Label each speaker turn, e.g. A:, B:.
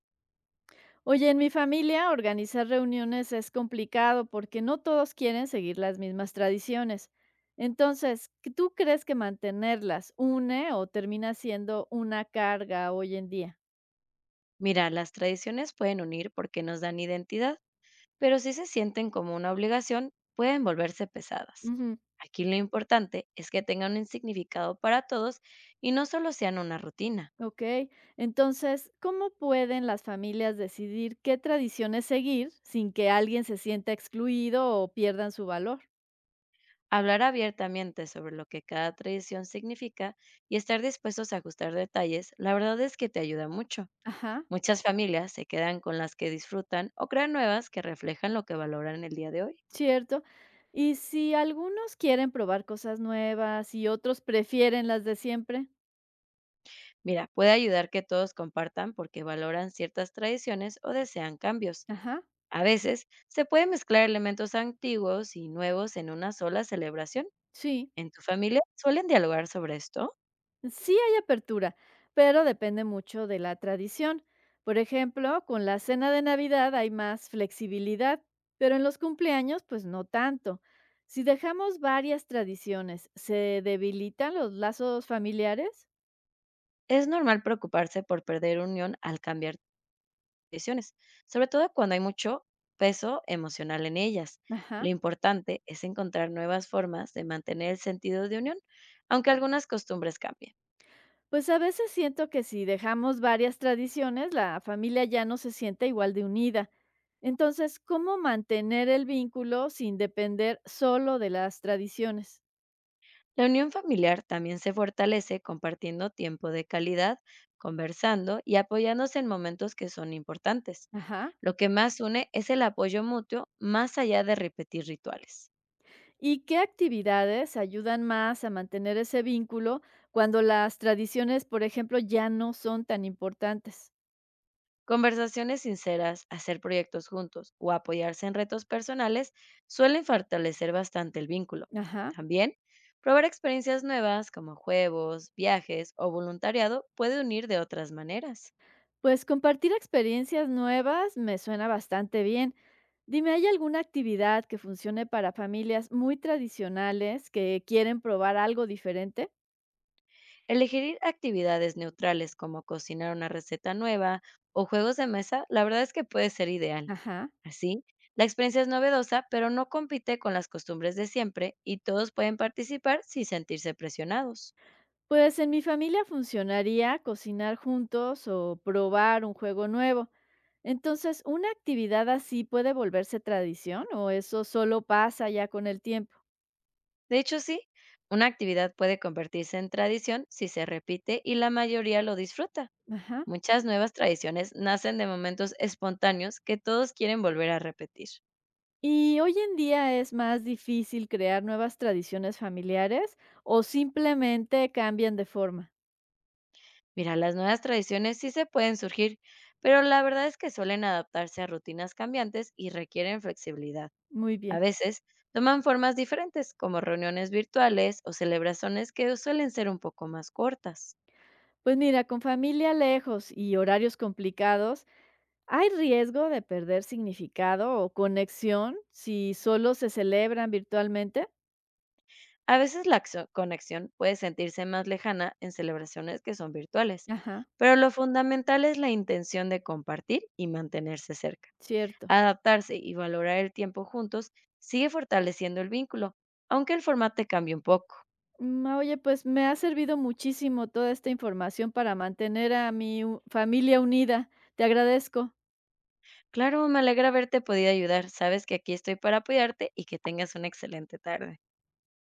A: Oye, en mi familia organizar reuniones es complicado porque no todos quieren seguir las mismas tradiciones. Entonces, ¿tú crees que mantenerlas une o termina siendo una carga hoy en día?
B: Mira, las tradiciones pueden unir porque nos dan identidad, pero si se sienten como una obligación, pueden volverse pesadas.
A: Ujú.
B: Aquí lo importante es que tengan un significado para todos y no solo sean una rutina.
A: Ok, entonces, ¿cómo pueden las familias decidir qué tradiciones seguir sin que alguien se sienta excluido o pierdan su valor?
B: Hablar abiertamente sobre lo que cada tradición significa y estar dispuestos a ajustar detalles, la verdad es que te ayuda mucho.
A: Ajá,
B: Muchas familias se quedan con las que disfrutan o crean nuevas que reflejan lo que valoran el día de hoy.
A: cierto. Y si algunos quieren probar cosas nuevas y otros prefieren las de siempre,
B: Mira, puede ayudar que todos compartan porque valoran ciertas tradiciones o desean cambios.
A: ajá.
B: A veces se pueden mezclar elementos antiguos y nuevos en una sola celebración.
A: Sí,
B: ¿En tu familia suelen dialogar sobre esto?
A: sí hay apertura, pero depende mucho de la tradición. Por ejemplo, con la cena de Navidad hay más flexibilidad, pero en los cumpleaños pues no tanto. Si dejamos varias tradiciones, ¿se debilitan los lazos familiares?
B: Es normal preocuparse por perder unión al cambiar tradiciones, sobre todo cuando hay mucho peso emocional en ellas. Lo
A: Ajá.
B: importante es encontrar nuevas formas de mantener el sentido de unión, aunque algunas costumbres cambien.
A: Pues a veces siento que si dejamos varias tradiciones, la familia ya no se siente igual de unida. Entonces, ¿cómo mantener el vínculo sin depender solo de las tradiciones?
B: La unión familiar también se fortalece compartiendo tiempo de calidad, conversando y apoyándose en momentos que son importantes.
A: Ajá.
B: Lo que más une es el apoyo mutuo más allá de repetir rituales.
A: ¿Y qué actividades ayudan más a mantener ese vínculo cuando las tradiciones, por ejemplo, ya no son tan importantes?
B: Conversaciones sinceras, hacer proyectos juntos o apoyarse en retos personales suelen fortalecer bastante el vínculo.
A: Ajá.
B: También, probar experiencias nuevas como juegos, viajes o voluntariado puede unir de otras maneras.
A: Pues compartir experiencias nuevas me suena bastante bien. Dime, ¿hay alguna actividad que funcione para familias muy tradicionales que quieren probar algo diferente?
B: Elegir actividades neutrales como cocinar una receta nueva o juegos de mesa, la verdad es que puede ser ideal.
A: Ajá.
B: Así, la experiencia es novedosa, pero no compite con las costumbres de siempre y todos pueden participar sin sentirse presionados.
A: Pues en mi familia funcionaría cocinar juntos o probar un juego nuevo. Entonces, ¿una actividad así puede volverse tradición o eso solo pasa ya con el tiempo?
B: De hecho, sí, una actividad puede convertirse en tradición si se repite y la mayoría lo disfruta.
A: Ajá.
B: Muchas nuevas tradiciones nacen de momentos espontáneos que todos quieren volver a repetir.
A: ¿Y hoy en día es más difícil crear nuevas tradiciones familiares o simplemente cambian de forma?
B: Mira, las nuevas tradiciones sí se pueden surgir, pero la verdad es que suelen adaptarse a rutinas cambiantes y requieren flexibilidad.
A: Muy
B: A
A: bien.
B: veces toman formas diferentes, como reuniones virtuales o celebraciones que suelen ser un poco más cortas.
A: Pues mira, con familia lejos y horarios complicados, ¿hay riesgo de perder significado o conexión si solo se celebran virtualmente?
B: A veces la conexión puede sentirse más lejana en celebraciones que son virtuales,
A: Ajá,
B: pero lo fundamental es la intención de compartir y mantenerse cerca.
A: cierto.
B: Adaptarse y valorar el tiempo juntos sigue fortaleciendo el vínculo, aunque el formato cambie un poco.
A: Mm, oye, pues me ha servido muchísimo toda esta información para mantener a familia unida. Te agradezco.
B: Claro, me alegra haberte podido ayudar. Sabes que aquí estoy para apoyarte y que tengas una excelente tarde.